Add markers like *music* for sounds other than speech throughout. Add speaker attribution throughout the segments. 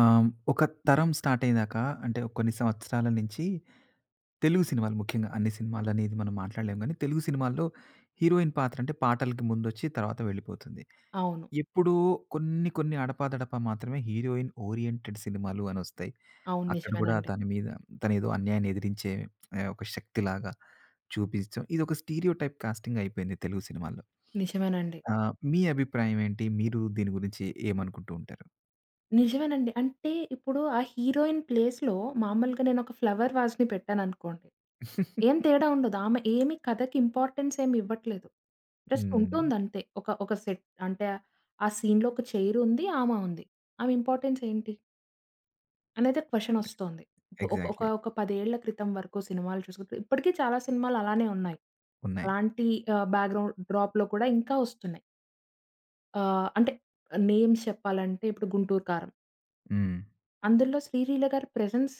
Speaker 1: ఆహ్, ఒక తరం స్టార్ట్ అయ్యేదాకా అంటే ఒక కొన్ని సంవత్సరాల నుంచి తెలుగు సినిమాలు ముఖ్యంగా అన్ని సినిమాలనేది మనం మాట్లాడలేము గానీ, తెలుగు సినిమాల్లో హీరోయిన్ పాత్ర అంటే పాటలకి ముందొచ్చి తర్వాత వెళ్ళిపోతుంది.
Speaker 2: అవును.
Speaker 1: ఎప్పుడో కొన్ని కొన్ని అడపాదడపా మాత్రమే హీరోయిన్ ఓరియెంటెడ్ సినిమాలు అనొస్తాయి.
Speaker 2: అవును.
Speaker 1: అక్కడ గూడా
Speaker 2: నిజమేనండి.
Speaker 1: తన మీద తనేదో అన్యాయాన్ని ఎదిరించే ఒక శక్తిలాగా చూపించడం ఇదొక స్టీరియోటైప్ కాస్టింగ్ అయిపోయింది తెలుగు సినిమాల్లో.
Speaker 2: నిజమేనండి.
Speaker 1: మీ అభిప్రాయం ఏంటి? మీరు దీని గురించి ఏమనుకుంటూ ఉంటారు?
Speaker 2: నిజమేనండి. అంటే ఇప్పుడు ఆ హీరోయిన్ ప్లేస్‌లో మామూలుగా నేనొక ఫ్లవర్ వాజ్‌ని పెట్టాననుకోండి.
Speaker 1: *laughs*
Speaker 2: ఏం తేడా ఉండదు. ఆమె ఏమి కథకి ఇంపార్టెన్స్ ఏమి ఇవ్వట్లేదు. జస్ట్
Speaker 1: హ్మ్.
Speaker 2: ఉంటుందంతే. ఒక ఒక సెట్ అంటే ఆ సీన్‌లో ఒక చైర్ ఉంది. ఆమె ఉంది. ఆమె ఇంపార్టెన్స్ ఏంటి? అనేది క్వెషనొస్తోంది. ఇప్పుడు ఒక ఒక
Speaker 1: ఎగ్జాక్ట్‌లీ.
Speaker 2: ఒక 10 ఏళ్ల క్రితం వరకు సినిమాలు చూసుకుంటే ఇప్పటికీ చాలా సినిమాలు అలానే ఉన్నాయి.
Speaker 1: ఉన్నాయి.
Speaker 2: అలాంటి బ్యాక్‌గ్రౌండ్ డ్రాప్‌లో కూడా ఇంకా వస్తున్నాయి. అంటే నేమ్స్ చెప్పాలంటే ఇప్పుడు 'గుంటూరు కారం.'
Speaker 1: హ్మ్.
Speaker 2: అందులో శ్రీలీల గారి ప్రెజెన్స్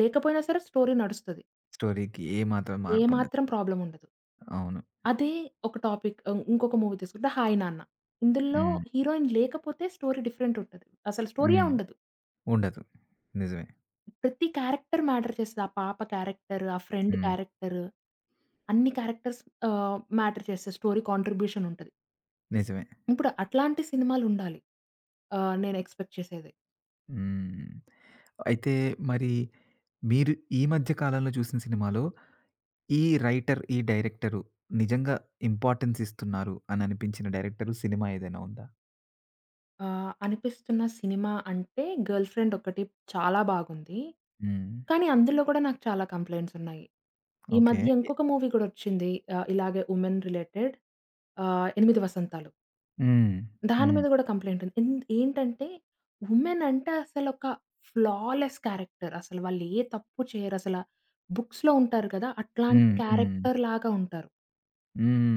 Speaker 2: లేకపోయినా సరే స్టోరీ నడుస్తది.
Speaker 1: స్టోరీకి ఏ మాత్రం మార్పుండదు.
Speaker 2: ఏమాత్రం ప్రాబ్లమ్ ఉండదు.
Speaker 1: అవును.
Speaker 2: అదే ఒక టాపిక్ ఇంకొక మూవీ తీసుకుంటే 'హాయ్ నాన్న.' ఇందులో
Speaker 1: హ్మ్.
Speaker 2: హీరోయిన్ లేకపోతే స్టోరీ డిఫరెంట్ ఉంటది. అసలు స్టోరీయే
Speaker 1: హ్మ్.
Speaker 2: ఉండదు.
Speaker 1: ఉండదు. నిజమే.
Speaker 2: ప్రతి క్యారెక్టర్ మ్యాటర్ చేస్తది. ఆ పాప క్యారెక్టర్, ఆ ఫ్రెండ్
Speaker 1: హ్మ్.
Speaker 2: క్యారెక్టర్ అన్ని క్యారెక్టర్స్ మ్యాటర్ చేస్తాయి. స్టోరీ కాంట్రిబ్యూషన్ ఉంటది.
Speaker 1: నిజమే.
Speaker 2: ఇప్పుడు అట్లాంటి సినిమాలుండాలి. నేను ఎక్స్‌పెక్ట్ చేసేది.
Speaker 1: హ్మ్. అయితే మరి మీరు ఈ మధ్య కాలంలో చూసిన సినిమాలో ఈ రైటర్, ఈ డైరెక్టరు నిజంగా ఇంపార్టెన్స్ ఇస్తున్నారు అని అనిపించిన డైరెక్టరు, సినిమా ఏదైనా ఉందా?
Speaker 2: అనిపిస్తున్న సినిమా అంటే 'గర్ల్ ఫ్రెండ్' ఒకటి చాలా బాగుంది.
Speaker 1: హ్మ్.
Speaker 2: కానీ అందులో కూడా నాకు చాలా కంప్లెయింట్స్ ఉన్నాయి. ఈ
Speaker 1: ఓకే.
Speaker 2: మధ్య ఇంకొక మూవీ కూడా వచ్చింది. ఇలాగే వుమెన్ రిలేటెడ్ 'ఎనిమిది వసంతాలు.'
Speaker 1: హ్మ్.
Speaker 2: దాని
Speaker 1: హ్మ్.
Speaker 2: మీద కూడా కంప్లెయింట్ ఉంది. ఎంద్ ఏంటంటే వుమెన్ అంటే అసలు ఒక ఫ్లాలెస్ క్యారెక్టర్. అసలు వాళ్ళు ఏ తప్పు చేయరు. అసల బుక్స్‌లో ఉంటారు కదా! అట్లాంటి
Speaker 1: హ్మ్. హ్మ్.
Speaker 2: క్యారెక్టర్ లాగా ఉంటారు.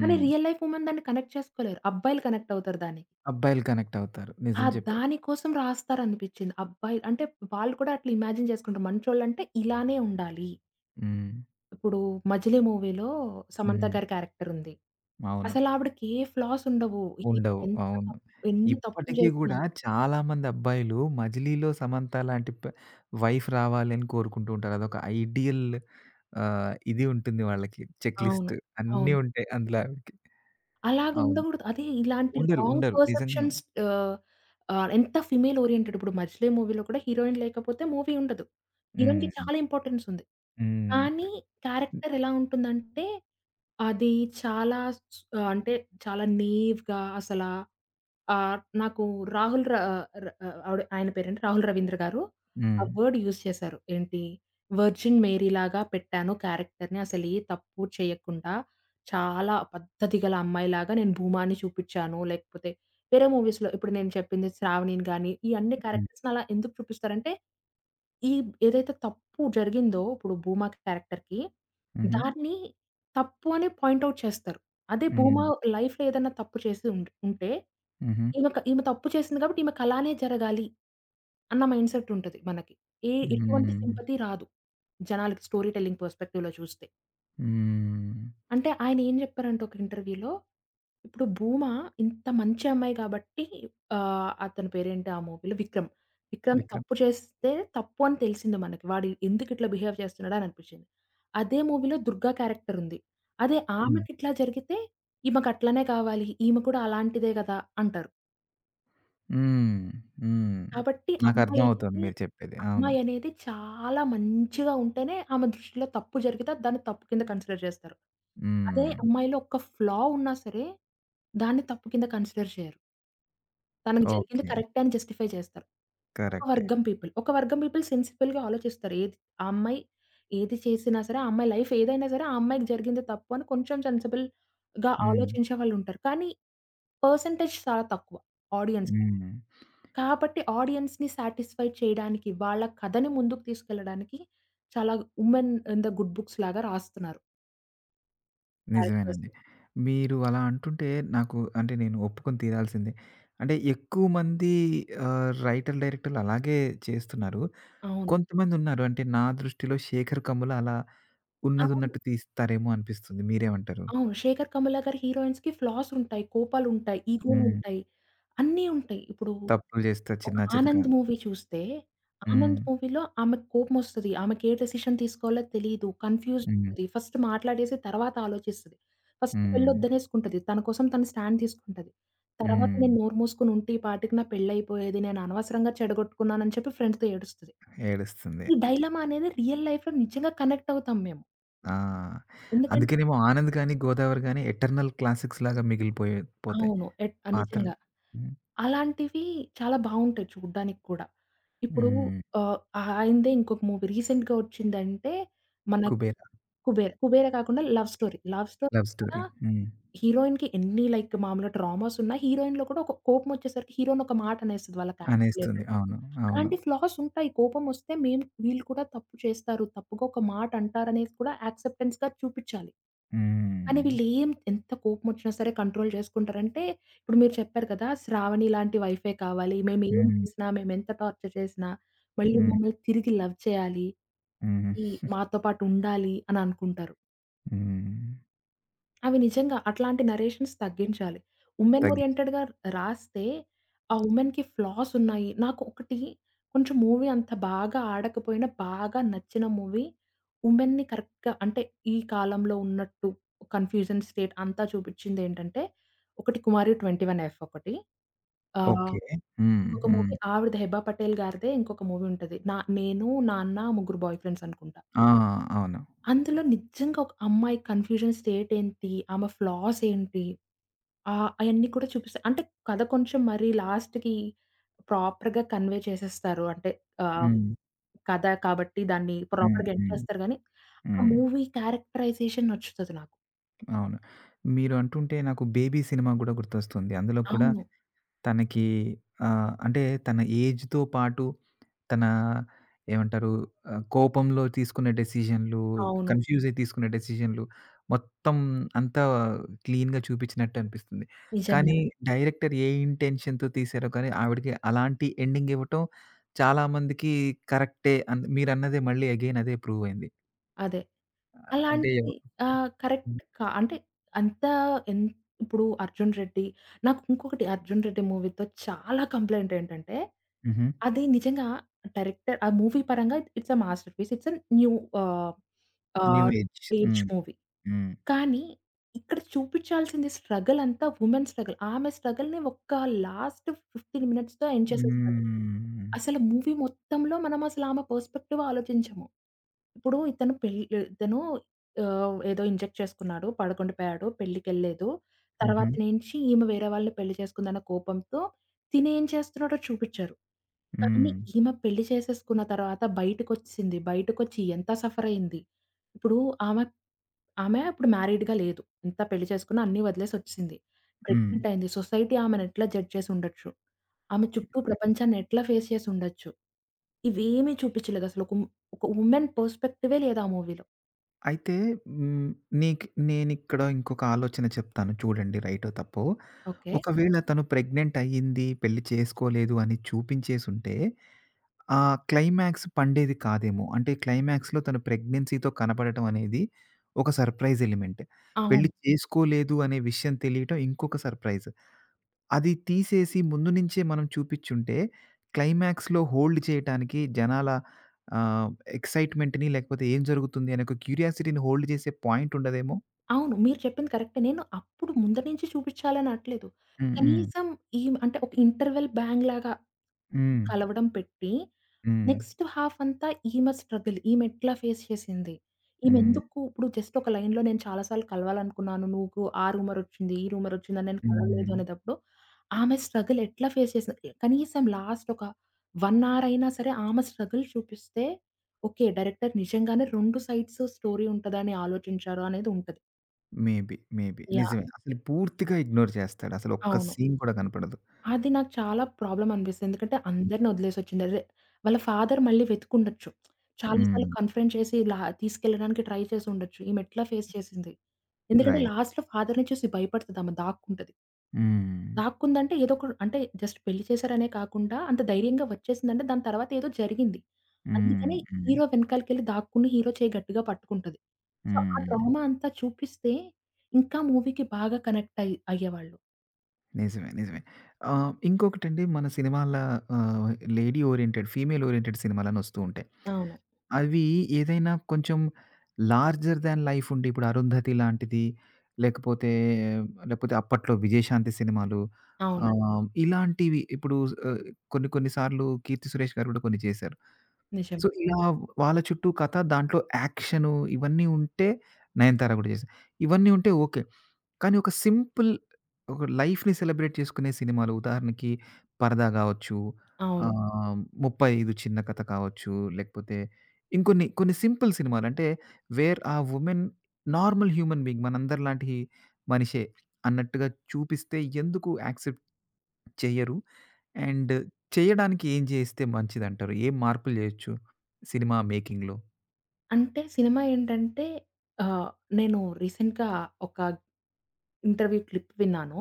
Speaker 2: కానీ రియల్ లైఫ్ వుమెన్ దాన్ని కనెక్ట్ చేసుకోలేరు. అబ్బాయిలు కనెక్ట్ అవుతారు దానికి.
Speaker 1: అబ్బాయిలు కనెక్ట్ అవుతారు.
Speaker 2: ఆ!
Speaker 1: నిజం చెప్పారు.
Speaker 2: దాని కోసం రాస్తారనిపిచ్చింది. అబ్బాయి అంటే వాళ్ళు కూడా అట్లా ఇమాజిన్ చేసుకుంటారు. మంచోళ్ళంటే ఇలానే ఉండాలి.
Speaker 1: హ్మ్.
Speaker 2: ఇప్పుడు 'మజిలీ' మూవీలో సమంత
Speaker 1: హ్మ్.
Speaker 2: గారి క్యారెక్టర్ ఉంది.
Speaker 1: అవును.
Speaker 2: అసలు ఆవిడకి ఏ ఫ్లాస్ ఉండవు. హీరో
Speaker 1: ఉండవు.
Speaker 2: ఎంత
Speaker 1: అవును.
Speaker 2: ఎన్ని తప్పులు
Speaker 1: ఇప్పటికి
Speaker 2: చేసినా
Speaker 1: గూడా చాలామంది అబ్బాయిలు 'మజిలీలో' సమంత లాంటి ప వైఫ్ రావాలి అని కోరుకుంటూ ఉంటారు. అదొక ఐడియల్ ఇది ఉంటుంది వాళ్ళకి చెక్
Speaker 2: అవును.
Speaker 1: లిస్ట్ అన్నీ
Speaker 2: అవును.
Speaker 1: ఉంటాయి అందులో ఆవిడకి.
Speaker 2: అలాగ
Speaker 1: అవును.
Speaker 2: ఉండగూడదు. అదే ఇలాంటి
Speaker 1: ఉండరు.
Speaker 2: రాంగ్
Speaker 1: ఉండరు. నిజంగా.
Speaker 2: పర్సెప్షన్స్. ఆహ్, ఆహ్, ఎంత ఫీమేల్ ఓరియెంటెడ్ ఇప్పుడు 'మజిలీ' మూవీలో కూడా హీరోయిన్ లేకపోతే మూవీ ఉండదు. హీరోయిన్‌కి
Speaker 1: హ్మ్.
Speaker 2: చాలా ఇంపార్టెన్స్ ఉంది.
Speaker 1: హ్మ్.
Speaker 2: కానీ క్యారెక్టర్ ఎలా ఉంటుందంటే, అది చాలా స్ ఆ, అంటే చాలా నేవ్‌గా అసలా నాకు రాహుల్ ర ర ఆవిడ ఆయన పేరేంటి రాహుల్ రవీంద్ర గారు ఆ
Speaker 1: హ్మ్.
Speaker 2: వర్డ్ యూజ్ చేశారు. ఏంటి వర్జిన్ మేరీలాగా పెట్టాను క్యారెక్టర్‌ని అసలు ఏ తప్పు చేయకుండా చాలా పద్ధతి గల అమ్మాయిలాగా నేను భూమాని చూపించాను. లేకపోతే వేరే మూవీస్‌లో ఇప్పుడు నేను చెప్పింది 'శ్రావణిని' గాని ఈ అన్ని
Speaker 1: హ్మ్.
Speaker 2: క్యారెక్టర్స్‌ని అలా ఎందుకు చూపిస్తారంటే, ఈ ఏదైతే తప్పు జరిగిందో ఇప్పుడు భూమా క్యారెక్టర్‌కి
Speaker 1: హుహు.
Speaker 2: దాన్ని తప్పు అని పాయింట్ ఔట్ చేస్తారు. అదే
Speaker 1: హ్మ్.
Speaker 2: భూమా లైఫ్‌లో ఏదన్నా తప్పు చేసి ఉంటే,
Speaker 1: హుహు.
Speaker 2: ఈమె తప్పు చేసింది కాబట్టి ఈమెకు అలానే జరగాలి అన్న మైండ్‌సెట్ ఉంటది మనకి. ఎటువంటి
Speaker 1: హ్మ్.
Speaker 2: సింపతి రాదు. జనాలకి స్టోరీ టెల్లింగ్ పర్స్‌పెక్టివ్‌లో చూస్తే.
Speaker 1: హ్మ్.
Speaker 2: అంటే ఆయనేం జెప్పారంటే ఒక ఇంటర్వ్యూలో, ఇప్పుడు 'భూమా' ఇంత మంచి అమ్మాయి గాబట్టి అతని పేరేంటి ఆ మూవీలో 'విక్రమ్.' 'విక్రమ్'
Speaker 1: 'విక్రమ్.'
Speaker 2: తప్పు చేస్తే తప్పు అని తెలిసింది మనకి. వాడు ఎందుకిట్లా బిహేవ్ చేస్తున్నాడు అని అనిపిచ్చింది. అదే మూవీలో 'దుర్గా' క్యారెక్టర్ ఉంది. అదే
Speaker 1: హ్మ్.
Speaker 2: ఆమెకిట్లా జరిగితే ఈమెకట్లనే కావాలి. ఈమె కూడా అలాంటిదే గదా! అంటారు.
Speaker 1: హ్మ్. హ్మ్.
Speaker 2: కాబట్టి
Speaker 1: నాకర్థమవుతుంది
Speaker 2: అమ్మాయనేది,
Speaker 1: మీరు చెప్పేది. అవును.
Speaker 2: అమ్మాయనేది చాలా మంచిగా ఉంటేనే ఆమె దృష్టిలో తప్పు జరిగితే దాన్ని తప్పు కింద కన్సిడర్ చేస్తారు. అదే
Speaker 1: హ్మ్.
Speaker 2: అమ్మాయిలో ఒక్క ఫ్లా ఉన్నా సరే, దాన్ని తప్పు కింద కన్సిడర్ చేయరు. తనకు జరిగింది
Speaker 1: ఓకే.
Speaker 2: కరెక్టే అని జస్టిఫై చేస్తారు. ఒక
Speaker 1: కరెక్టే.
Speaker 2: వర్గం పీపుల్, ఒక వర్గం పీపుల్ సెన్సిబుల్‌గా ఆలోచిస్తారు. ఏది ఆ అమ్మాయి ఏది చేసినా సరే, ఆ అమ్మాయి లైఫ్ ఏదైనా సరే, ఆ అమ్మాయికి జరిగింది తప్పు అని కొంచెం సెన్సిబుల్‌గా
Speaker 1: హ్మ్.
Speaker 2: ఆలోచించే వాళ్ళుంటారు. కానీ పర్సెంటేజ్ చాలా తక్కువ ఆడియన్స్.
Speaker 1: హ్మ్.
Speaker 2: కాబట్టి ఆడియన్స్‌ని సాటిస్ఫై చేయడానికి, వాళ్ళ కథని ముందుకు తీసుకెళ్ళడానికి చాలా 'women in the good books' లాగా రాస్తున్నారు. క్యారెక్టర్స్.
Speaker 1: నిజమేనండి. మీరు అలా అంటుంటే నాకు అంటే నేను ఒప్పుకొని తీరాల్సిందే. అంటే ఎక్కువ మంది రైటర్లు, డైరెక్టర్లు అలాగే చేస్తున్నారు.
Speaker 2: అవును.
Speaker 1: కొంతమందున్నారు అంటే నా దృష్టిలో 'శేఖర్ కమ్ముల' అలా
Speaker 2: అవును.
Speaker 1: ఉన్నదున్నట్టు తీస్తారేమో అనిపిస్తుంది. మీరేమంటారు?
Speaker 2: అవును. 'శేఖర్ కమ్ముల' గారి హీరోయిన్స్‌కి ఫ్లాస్ ఉంటాయి, కోపాలుంటాయి,
Speaker 1: హ్మ్.
Speaker 2: ఈగోలుంటాయి, అన్నీ ఉంటాయి. ఇప్పుడు
Speaker 1: తప్పులు చేస్తా
Speaker 2: ఒక
Speaker 1: చిన్న చితక.
Speaker 2: 'ఆనంద్' మూవీ చూస్తే
Speaker 1: హ్మ్.
Speaker 2: 'ఆనంద్' మూవీలో ఆమెకు కోపమొస్తది. ఆమెకే డెసిషన్ తీసుకోవాలో తెలీదు. కన్‌ఫ్యూజ్డ్
Speaker 1: హ్మ్.
Speaker 2: ఉంటది. ఫస్ట్ మాట్లాడేసి తర్వాత ఆలోచిస్తది. ఫస్ట్
Speaker 1: హ్మ్.
Speaker 2: పెళ్లొద్దనేసుకుంటది. తన కోసం తను స్టాండ్ తీసుకుంటది. తర్వాత నేను
Speaker 1: హ్మ్.
Speaker 2: నోరు మూసుకొని ఉంటే ఈ పాటికి నా పెళ్లయిపోయేది. నేను అనవసరంగా చెడగొట్టుకున్నానని చెప్పి ఫ్రెండ్స్‌తో ఏడుస్తది.
Speaker 1: ఏడుస్తుంది.
Speaker 2: ఈ డైలమా అనేది రియల్ లైఫ్‌లో నిజంగా కనెక్ట్ అవుతాం మేము.
Speaker 1: ఆ!
Speaker 2: ఎందుకంటే
Speaker 1: అందుకేనేమో 'ఆనంద్' గాని, 'గోదావరి' గాని ఎటర్నల్ క్లాసిక్స్ లాగా మిగిలిపోయే పోతాయి
Speaker 2: అవును. ఎట్
Speaker 1: పాత్రలు.
Speaker 2: నిజంగా.
Speaker 1: హ్మ్.
Speaker 2: అలాంటివి చాలా బావుంటాయి చూడ్డానికి కూడా. ఇప్పుడు
Speaker 1: హ్మ్.
Speaker 2: ఆహ్, ఆయనదే ఇంకొక మూవీ రీసెంట్‌గా వచ్చిందంటే మన
Speaker 1: 'కుబేర'
Speaker 2: 'కుబేర'. 'కుబేర' కాకుండా love story. Love story
Speaker 1: love
Speaker 2: కూడా
Speaker 1: స్టోరీ. హ్మ్.
Speaker 2: హీరోయిన్‌కి ఎన్ని లైక్ మామూలుగా ట్రామాస్ ఉన్నా హీరోయిన్‌లో కూడా ఒక కోపం వచ్చేసరికి హీరోయిన్ ఒక మాట అనేస్తది వాళ్ళ క్యారెక్టర్
Speaker 1: అనేస్తుంది.
Speaker 2: రిలేటెడ్.
Speaker 1: అవును. అవును.
Speaker 2: అలాంటి ఫ్లాస్ ఉంటాయి. కోపం వస్తే మేము వీళ్ళు కూడా తప్పు చేస్తారు. తప్పుగా ఒక మాట అంటారనేది కూడా యాక్సెప్టెన్స్‌గా చూపిచ్చాలి. కానీ
Speaker 1: హ్మ్.
Speaker 2: వీళ్ళేం ఎంత కోపమొచ్చినా సరే కంట్రోల్ చేసుకుంటారంటే, ఇప్పుడు మీరు చెప్పారు కదా! శ్రావణి లాంటి వైఫే కావాలి. మేమేం
Speaker 1: హ్మ్.
Speaker 2: చేసినా, మేమెంత టార్చర్ చేసినా, మళ్ళీ
Speaker 1: హ్మ్.
Speaker 2: మమ్మల్ని తిరిగి లవ్ చేయాలి.
Speaker 1: హ్మ్.
Speaker 2: ఈ మాతో పాటు ఉండాలి అని అనుకుంటారు.
Speaker 1: హ్మ్.
Speaker 2: అవి నిజంగా అట్లాంటి నరేషన్స్ తగ్గించాలి. ఉమెన్
Speaker 1: తగ్గించి
Speaker 2: ఓరియెంటెడ్‌గా రాస్తే, ఆ ఉమెన్‌కి ఫ్లాస్ ఉన్నాయి. నాకు ఒకటి కొంచెం మూవీ అంత బాగా ఆడకపోయినా, బాగా నచ్చిన మూవీ ఉమెన్‌ని కరెక్ట్‌గా అంటే ఈ కాలంలో ఉన్నట్టు కన్‌ఫ్యూజన్ స్టేట్ అంతా చూపించిందేంటంటే, ఒకటి 'కుమారి 21 ఎఫ్' ఒకటి. ఆహ్,
Speaker 1: ఓకే. హ్మ్.
Speaker 2: ఇంకొక
Speaker 1: హ్మ్.
Speaker 2: మూవీ ఆవిడది 'హెబా పటేల్' గారిదే ఇంకొక మూవీ ఉంటది. నా 'నేను, నాన్న, ముగ్గురు బాయ్ ఫ్రెండ్స్' అనుకుంటా.
Speaker 1: ఆ! అవును.
Speaker 2: అందులో నిజంగా ఒక అమ్మాయి కన్‌ఫ్యూజన్ స్టేట్ ఏంటి? ఆమె ఫ్లాస్ ఏంటి? అయన్నీ కూడా చూపిస్తారు. అంటే కథ కొంచెం మరి లాస్ట్‌కి ప్రాపర్‌గా కన్వే చేసేస్తారు. అంటే ఆహ్,
Speaker 1: హ్మ్.
Speaker 2: కథ కాబట్టి దాన్ని
Speaker 1: హ్మ్.
Speaker 2: ప్రాపర్‌గా ఎండ్
Speaker 1: హ్మ్.
Speaker 2: చేస్తారు గానీ, ఆ
Speaker 1: హ్మ్.
Speaker 2: మూవీ క్యారెక్టరైజేషన్ నచ్చుతది నాకు.
Speaker 1: అవును. మీరు అంటుంటే నాకు 'బేబీ' సినిమా గూడా గుర్తొస్తుంది. అందులో కూడా
Speaker 2: అవును.
Speaker 1: తనకి అంటే తన ఏజ్‌తో పాటు తన ఏమంటారు, కోపంలో తీసుకునే డెసిషన్‌లు,
Speaker 2: అవును.
Speaker 1: కన్‌ఫ్యూజ్ అయి తీసుకునే డెసిషన్‌లు మొత్తం అంతా క్లీన్‌గా చూపించినట్టు అనిపిస్తుంది. కానీ
Speaker 2: నిజంగానే.
Speaker 1: డైరెక్టర్ ఏ ఇంటెన్షన్‌తో తీశారో కానీ ఆవిడకి అలాంటి ఎండింగ్ ఇవ్వటం చాలామందికి కరెక్టే అని మీరన్నదే మళ్ళీ అగైన్ అదే ప్రూవ్ అయింది.
Speaker 2: అదే.
Speaker 1: అంటే
Speaker 2: అలాంటిది కరెక్ట్ కా అంటే అంతా ఎన్ ఇప్పుడు 'అర్జున్ రెడ్డి' నాకు ఇంకొకటి 'అర్జున్ రెడ్డి' మూవీతో చాలా కంప్లెయింట్ ఏంటంటే,
Speaker 1: హుహు.
Speaker 2: అది నిజంగా డైరెక్టర్ ఆ మూవీ పరంగా it's a masterpiece. It's a new uh,
Speaker 1: new
Speaker 2: uh,
Speaker 1: age.
Speaker 2: Age
Speaker 1: hmm.
Speaker 2: Movie.
Speaker 1: హ్మ్.
Speaker 2: కానీ ఇక్కడ చూపించాల్సింది స్ట్రగల్ అంతా వుమెన్ స్ట్రగల్. ఆమె స్ట్రగల్‌ని ఒక్క లాస్ట్ 15 మినిట్స్‌తో ఎండ్ చేసేస్తారు.
Speaker 1: హ్మ్.
Speaker 2: అసలు మూవీ మొత్తంలో మనం అసలు ఆమె పర్స్పెక్టివ్ ఆలోచించము. ఇప్పుడు ఇతను ఏదో ఇంజెక్ట్ చేసుకున్నాడు, పడకుండిపోయాడు, పెళ్ళికెళ్ళలేదు.
Speaker 1: హుహు.
Speaker 2: తర్వాత నుంచి ఈమె వేరే వాళ్ళని పెళ్లి చేసుకుందన్న కోపంతో తినేం చేస్తున్నాడో చూపిచ్చారు. కానీ
Speaker 1: హ్మ్.
Speaker 2: ఈమె పెళ్లి చేసేసుకున్న తర్వాత బయటకొచ్చేసింది. బయటకొచ్చి ఎంత సఫర్ అయింది. ఇప్పుడు ఆమె ఆమె ఇప్పుడు మ్యారీడ్‌గా లేదు. ఎంత పెళ్లి చేసుకున్నా అన్నీ వదిలేసొచ్చేసింది.
Speaker 1: హ్మ్.
Speaker 2: ప్రెగ్నెంట్ అయింది. సొసైటీ ఆమెను ఎట్లా జడ్జ్ చేసి ఉండొచ్చు? ఆమె చుట్టూ ప్రపంచాన్ని ఎట్లా ఫేస్ చేసి ఉండొచ్చు? ఇవేమీ చూపించలేదు అసలు. ఒక వుమెన్ పర్స్పెక్టివే లేదు ఆ మూవీలో.
Speaker 1: అయితే హ్మ్. నీకు నేనిక్కడ ఇంకొక ఆలోచన చెప్తాను చూడండి రైటో తప్పో. హ్మ్.
Speaker 2: ఓకే.
Speaker 1: ఒకవేళ తను ప్రెగ్నెంట్ అయ్యింది, పెళ్లి చేసుకోలేదు అని చూపించేసుంటే, ఆ క్లైమాక్స్ పండేది కాదేమో! అంటే క్లైమాక్స్‌లో తను ప్రెగ్నెన్సీతో కనపడటం అనేది ఒక సర్ప్రైజ్ ఎలిమెంట్. పెళ్లి
Speaker 2: అవును.
Speaker 1: చేసుకోలేదు అనే విషయం తెలియటం ఇంకొక సర్ప్రైజ్. అది తీసేసి ముందు నుంచే మనం చూపిచ్చుంటే, క్లైమాక్స్‌లో హోల్డ్ చేయటానికి జనాల ఆహ్, ఎక్సైట్‌మెంట్‌ని లేకపోతే ఏం జరుగుతుంది అనే ఒక క్యూరియాసిటీని హోల్డ్ చేసే పాయింట్ ఉండదేమో?
Speaker 2: అవును. మీరు చెప్పింది కరెక్టే. నేను అప్పుడు ముందు నుంచి చూపించాలని అనట్లేదు.
Speaker 1: హ్మ్. హ్మ్.
Speaker 2: కనీసం ఈమె అంటే ఒక ఇంటర్వెల్ బ్యాంగ్ లాగా
Speaker 1: హ్మ్.
Speaker 2: కలవడం పెట్టి,
Speaker 1: హ్మ్.
Speaker 2: నెక్స్ట్ హాఫ్ అంతా ఈమె స్ట్రగుల్. ఈమెట్లా ఫేస్ చేసింది.
Speaker 1: హ్మ్.
Speaker 2: ఈమెందుకు ఇప్పుడు జస్ట్ ఒక లైన్‌లో నేను చాలా సార్లు కలవాలనుకున్నాను. నువ్వు ఆ రూమరొచ్చింది, ఈ రూమరొచ్చిందని నేను
Speaker 1: హ్మ్.
Speaker 2: కలవలేదు అనేటప్పుడు, ఆమె స్ట్రగుల్ ఎట్లా ఫేస్ చేసింది. కనీసం లాస్ట్ ఒక 1 అవర్ అయినా సరే ఆమె స్ట్రగుల్ చూపిస్తే, ఓకే. డైరెక్టర్ నిజంగానే 2 సైడ్స్ స్టోరీ ఉంటదని ఆలోచించారు అనేది ఉంటది.
Speaker 1: మేబీ. మేబీ.
Speaker 2: యాహ్!
Speaker 1: నిజమే. అసలు పూర్తిగా ఇగ్నోర్ చేస్తాడు. అసలు ఒక్క
Speaker 2: అవును.
Speaker 1: సీన్ కూడా కనపడదు.
Speaker 2: అది నాకు చాలా ప్రాబ్లమ్ అనిపిస్తుంది. ఎందుకంటే అందరిని వదిలేసొచ్చింది. అదే వాళ్ళ ఫాదర్ మళ్ళీ వెతికుండొచ్చు. చాలా సార్లు
Speaker 1: హ్మ్.
Speaker 2: కన్ఫ్రంట్ చేసి ఇలా తీసుకెళ్ళడానికి ట్రై చేసి ఉండొచ్చు. ఈమె ఎట్లా ఫేస్ చేసింది? ఎందుకంటే
Speaker 1: రైట్.
Speaker 2: లాస్ట్‌లో ఫాదర్‌ని చూసి భయపడతది ఆమె దాక్కుంటది.
Speaker 1: హ్మ్.
Speaker 2: దాక్కుందంటే ఏదో ఒక అంటే జస్ట్ పెళ్లి చేశారనే కాకుండా అంత ధైర్యంగా వచ్చేసిందంటే దాని తర్వాత ఏదో జరిగింది.
Speaker 1: హ్మ్.
Speaker 2: అందుకని
Speaker 1: హ్మ్.
Speaker 2: హీరో వెనకాలకెళ్ళి దాక్కుని హీరో చేయి గట్టిగా పట్టుకుంటది. సో, ఆ
Speaker 1: హ్మ్.
Speaker 2: ట్రామా అంతా చూపిస్తే ఇంకా మూవీకి బాగా కనెక్ట్ అయ్యేవాళ్ళు.
Speaker 1: నిజమే. నిజమే. ఇంకొకటండి మన సినిమాల ఆహ్, లేడీ ఓరియెంటెడ్, ఫీమేల్ ఓరియెంటెడ్ సినిమాలని వస్తూ ఉంటాయి.
Speaker 2: అవును.
Speaker 1: అవి ఏదైనా కొంచెం లార్జర్ థాన్ లైఫ్ ఉండి, ఇప్పుడు 'అరుంధతి' లాంటిది, లేకపోతే, లేకపోతే అప్పట్లో 'విజయశాంతి' సినిమాలు,
Speaker 2: అవునండి.
Speaker 1: ఇలాంటివి ఇప్పుడు ఆహ్, కొన్ని కొన్ని సార్లు 'కీర్తి సురేష్' గారు కూడా కొన్ని చేశారు.
Speaker 2: నిజం.
Speaker 1: సో, ఇలా వాళ్ళ చుట్టూ కథ, దాంట్లో యాక్షను ఇవన్నీ ఉంటే 'నయనతార' కూడా చేసింది. ఇవన్నీ ఉంటే ఓకే. కానీ ఒక సింపుల్ ఒక లైఫ్‌ని సెలబ్రేట్ చేసుకునే సినిమాలు ఉదాహరణకి 'పరదా' గావచ్చు, హ్మ్.
Speaker 2: అవును.
Speaker 1: '35 చిన్న కథ' కావచ్చు, లేకపోతే ఇంకొన్ని కొన్ని సింపుల్ సినిమాలు అంటే where uh women normal human being మనందరిలాంటి మనిషే అన్నట్టుగా చూపిస్తే ఎందుకు యాక్సెప్ట్ చెయ్యరు? అండ్ చేయడానికి ఏం చేస్తే మంచిదంటారు? ఏం మార్పులు చేయొచ్చు సినిమా మేకింగ్‌లో?
Speaker 2: అంటే సినిమా ఏంటంటే ఆహ్, నేను రీసెంట్‌గా ఒక ఇంటర్వ్యూ క్లిప్ విన్నాను.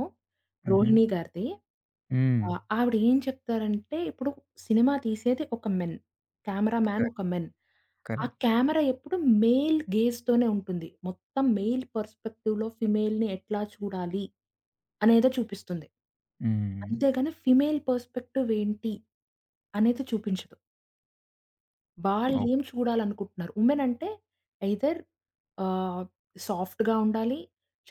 Speaker 1: హుహు.
Speaker 2: రోహిణి గారిది.
Speaker 1: హ్మ్.
Speaker 2: ఆవిడ ఏం చెప్తారంటే, ఇప్పుడు సినిమా తీసేది ఒక మెన్. Cameraman
Speaker 1: correct.
Speaker 2: ఒక మెన్. ఆ
Speaker 1: కరెక్ట్.
Speaker 2: కెమెరా ఎప్పుడు మేల్ గేజ్‌తోనే ఉంటుంది. మొత్తం మేల్ పర్స్పెక్టివ్‌లో ఫీమేల్‌ని ఎట్లా చూడాలి అనేదే చూపిస్తుంది.
Speaker 1: హ్మ్.
Speaker 2: అంతేగాని ఫీమేల్ పర్స్పెక్టివ్ ఏంటి అనేది చూపించదు.
Speaker 1: ఓకే.
Speaker 2: వాళ్ళేం చూడాలనుకుంటున్నారు. ఉమెన్ అంటే ఎయిదర్ ఆహ్, సాఫ్ట్‌గా ఉండాలి.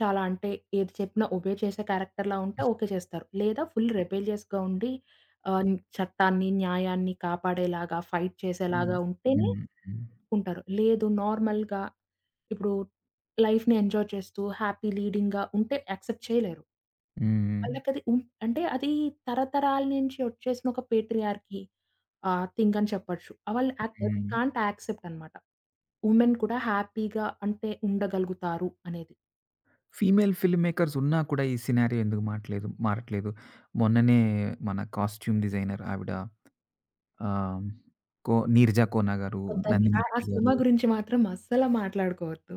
Speaker 2: చాలా అంటే ఏది చెప్పినా ఒబే చేసే క్యారెక్టర్‌లా ఉంటే ఓకే చేస్తారు. లేదా ఫుల్ రెబెలియస్‌గా ఉండి ఆహ్, చట్టాన్ని, న్యాయాన్ని కాపాడేలాగా, ఫైట్
Speaker 1: హ్మ్.
Speaker 2: చేసేలాగా ఉంటేనే
Speaker 1: హ్మ్. హ్మ్.
Speaker 2: ఒప్పుకుంటారు. లేదు నార్మల్‌గా ఇప్పుడు లైఫ్‌ని ఎంజాయ్ చేస్తూ హ్యాపీ లీడింగ్‌గా ఉంటే యాక్సెప్ట్ చేయలేరు.
Speaker 1: హ్మ్.
Speaker 2: వాళ్ళకది ఉం అంటే అది తరతరాల నుంచి వచ్చేసిన ఒక పేట్రియార్కీ థింక్ అని చెప్పొచ్చు. ఆ వాళ్ళు యాక్ దే
Speaker 1: హ్మ్.
Speaker 2: కాంట్ యాక్సెప్ట్ అన్నమాట. వుమెన్ కూడా హ్యాపీగా అంటే ఉండగలుగుతారు అనేది.
Speaker 1: ఫీమేల్ ఫిల్మ్ మేకర్స్ ఉన్నా కూడా ఈ సినారియో ఎందుకు మాట్లేదు మారట్లేదు. మొన్ననే మన కాస్ట్యూమ్ డిజైనర్ ఆవిడ ఆహ్, కో 'నీరజా కోన' గారు,
Speaker 2: వద్దండి.
Speaker 1: 'నందిని
Speaker 2: ఆ ఆ
Speaker 1: రెడ్డి' గారు.
Speaker 2: సినిమా గురించి మాత్రం అస్సలు మాట్లాడుకోవద్దు.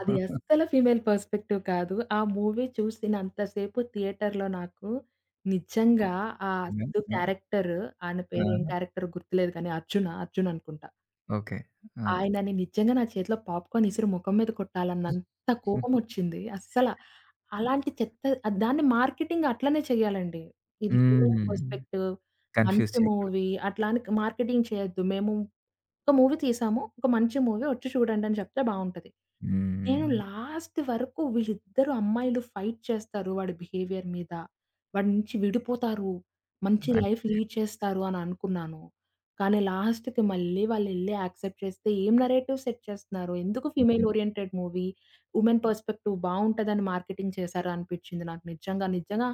Speaker 2: అది అస్సలు ఫీమేల్ పర్స్పెక్టివ్ కాదు. ఆ మూవీ చూసినంత సేపు థియేటర్‌లో నాకు నిజంగా ఆ సిద్దు
Speaker 1: ఆ!
Speaker 2: క్యారెక్టర్ ఆయన పేరు ఏం
Speaker 1: ఆ!
Speaker 2: క్యారెక్టర్ గుర్తులేదు కానీ అర్జునా? అర్జున్ అనుకుంటా.
Speaker 1: ఓకే. ఆ!
Speaker 2: ఆయనని నిజంగా నా చేతిలో పాప్‌కార్న్ ఇసిరి ముఖం మీద కొట్టాలన్నంత కోపమొచ్చింది. అస్సల అలాంటి చెత్త దాన్ని మార్కెటింగ్ అట్లనే చేయాలండి. ఇది ఫిమేల్
Speaker 1: హ్మ్.
Speaker 2: పర్స్పెక్ట్
Speaker 1: కన్‌ఫ్యూజ్
Speaker 2: మంచి
Speaker 1: చేయకూడదు.
Speaker 2: మూవీ అట్లా అని మార్కెటింగ్ చేయొద్దు. మేము ఒక మూవీ తీసాము. ఒక మంచి మూవీ వచ్చి చూడండని చెప్తే బావుంటది. నేను
Speaker 1: హ్మ్.
Speaker 2: లాస్ట్ వరకు వీళ్ళిద్దరు అమ్మాయిలు ఫైట్ చేస్తారు వాడి బిహేవియర్ మీద. వాడి నుంచి విడిపోతారు. మంచి లైఫ్ లీడ్ చేస్తారు అని అనుకున్నాను. కానీ లాస్ట్‌కి మళ్ళీ వాళ్ళెళ్లి యాక్సెప్ట్ చేస్తే ఏం నరేటివ్ సెట్ చేస్తున్నారు? ఎందుకు ఫీమేల్
Speaker 1: అది.
Speaker 2: ఓరియెంటెడ్ మూవీ, వుమెన్ పర్స్పెక్టివ్ బావుంటదని మార్కెటింగ్ చేశారా అనిపిచ్చింది నాకు నిజంగా. నిజంగా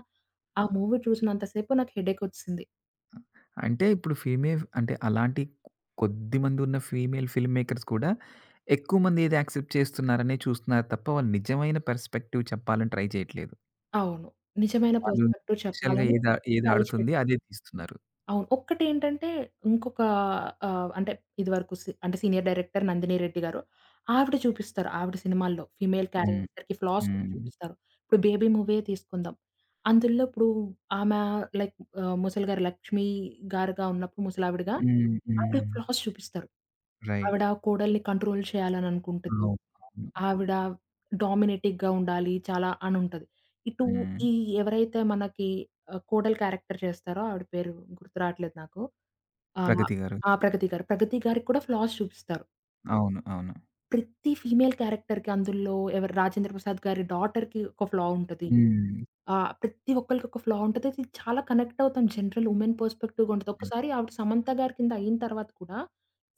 Speaker 2: ఆ మూవీ చూసినంత సేపు నాకు హెడేకొచ్చేసింది.
Speaker 1: అంటే ఇప్పుడు ఫీమేల్ అంటే అలాంటి కొద్దిమంది ఉన్న ఫీమేల్ ఫిల్మ్ మేకర్స్ కూడా ఎక్కువ మంది ఏది యాక్సెప్ట్ చేస్తున్నారనే చూస్తున్నారు తప్ప, వాళ్ళు నిజమైన పర్స్‌పెక్టివ్ చెప్పాలని ట్రై చేయట్లేదు.
Speaker 2: అవును. నిజమైన
Speaker 1: వాళ్ళు
Speaker 2: పర్స్పెక్టివ్
Speaker 1: కమర్షియల్‌గా
Speaker 2: చెప్పాలని
Speaker 1: ఏది ఏది
Speaker 2: ట్రై
Speaker 1: ఆడుతుంది
Speaker 2: చేయట్లేదు.
Speaker 1: అదే తీస్తున్నారు.
Speaker 2: అవును. ఒక్కటేంటంటే ఇంకొక అంటే ఇదివరకు సి అంటే సీనియర్ డైరెక్టర్ నందిని రెడ్డి గారు. ఆవిడ చూపిస్తారు. ఆవిడ సినిమాల్లో ఫీమేల్
Speaker 1: హ్మ్.
Speaker 2: క్యారెక్టర్‌కి ఫ్లాస్ కూడా
Speaker 1: హ్మ్.
Speaker 2: చూపిస్తారు. ఇప్పుడు 'బేబీ' మూవీయే తీసుకుందాం. అందులో ఇప్పుడు ఆమె లైక్ ముసలిగారు లక్ష్మి గారుగా ఉన్నప్పుడు ముసలావిడగా
Speaker 1: హ్మ్.
Speaker 2: ఆవిడ
Speaker 1: హ్మ్.
Speaker 2: ఫ్లాస్ చూపిస్తారు.
Speaker 1: రైట్.
Speaker 2: ఆవిడ కోడల్ని కంట్రోల్ చేయాలని అనుకుంటది.
Speaker 1: అవును. అవును.
Speaker 2: ఆవిడ డామినేటివ్‌గా ఉండాలి చాలా అని ఉంటది. ఇటు
Speaker 1: హ్మ్.
Speaker 2: ఈ ఎవరైతే మనకి కోడలు క్యారెక్టర్ చేస్తారో ఆవిడ పేరు గుర్తు రావట్లేదు నాకు. ఆ!
Speaker 1: 'ప్రగతి' గారు.
Speaker 2: ఆ! 'ప్రగతి' గారు. 'ప్రగతి' గారికి కూడా ఫ్లాస్ చూపిస్తారు.
Speaker 1: అవును. అవును.
Speaker 2: ప్రతి ఫీమేల్ క్యారెక్టర్‌కి అందులో ఎవరు 'రాజేంద్ర ప్రసాద్' గారి డాటర్‌కి ఒక ఫ్లా ఉంటది.
Speaker 1: హ్మ్.
Speaker 2: ఆ! ప్రతి ఒక్కళ్ళకి ఒక ఫ్లా ఉంటది. అది చాలా కనెక్ట్ అవుతాం జనరల్ ఉమెన్ పర్స్పెక్టివ్‌గా ఉంటది.
Speaker 1: హ్మ్.
Speaker 2: ఒకసారి ఆవిడ 'సమంత' గారి కింద అయిన తర్వాత కూడా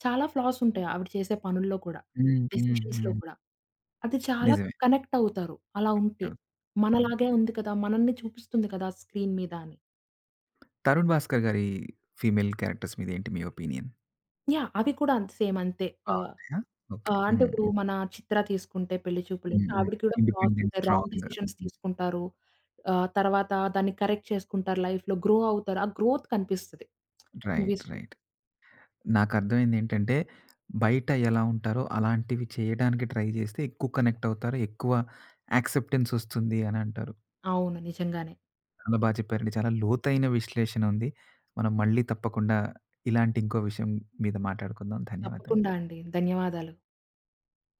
Speaker 2: చాలా ఫ్లాస్ ఉంటాయి ఆవిడ చేసే పనుల్లో కూడా,
Speaker 1: హ్మ్.
Speaker 2: డెసిషన్స్‌లో
Speaker 1: హ్మ్.
Speaker 2: కూడా. అది చాలా
Speaker 1: నిజమే.
Speaker 2: కనెక్ట్ అవుతారు అలా ఉంటే.
Speaker 1: అవును. అవును.
Speaker 2: మనలాగే ఉంది కదా! మనల్ని చూపిస్తుంది కదా! స్క్రీన్ మీద అని.
Speaker 1: 'తరుణ్ భాస్కర్' గారి ఫీమేల్ క్యారెక్టర్స్ మీద ఏంటి మీ ఒపీనియన్?
Speaker 2: యాహ్! అవి కూడా అంతే సేమ్ అంతే. ఆ!
Speaker 1: బావుంటాయా? ఓకే.
Speaker 2: ఆ! అంటే
Speaker 1: హ్మ్.
Speaker 2: ఇప్పుడు మన చిత్ర తీసుకుంటే పెళ్లి చూపుల
Speaker 1: హ్మ్.
Speaker 2: నుంచి
Speaker 1: హ్మ్.
Speaker 2: ఆవిడకి కూడా ఫ్లాస్
Speaker 1: ఇండిపెండెంట్,
Speaker 2: ఉంటాయి. Wrong
Speaker 1: strong.
Speaker 2: డెసిషన్స్
Speaker 1: హ్మ్.
Speaker 2: తీసుకుంటారు. తర్వాత దాన్ని కరెక్ట్ చేసుకుంటారు. లైఫ్‌లో గ్రో అవుతారు. ఆ గ్రోత్ కనిపిస్తది
Speaker 1: రైట్.
Speaker 2: మూవీస్‌లో.
Speaker 1: రైట్. నాకర్థమైందేంటంటే, బయట ఎలా ఉంటారో అలాంటివి చేయడానికి ట్రై చేస్తే ఎక్కువ కనెక్ట్ అవుతారు. ఎక్కువ యాక్సెప్టెన్స్ ఒస్తుంది అనంటారు.
Speaker 2: అవును. నిజంగానే.
Speaker 1: చాలా బా చెప్పారండి. చాలా లోతైన విశ్లేషణ ఉంది. మనం మళ్ళీ తప్పకుండా ఇలాంటి ఇంకో విషయం మీద మాట్లాడుకుందాం.
Speaker 2: తప్పకుండా
Speaker 1: ధన్యవాదాలండి.
Speaker 2: అండి. ధన్యవాదాలు.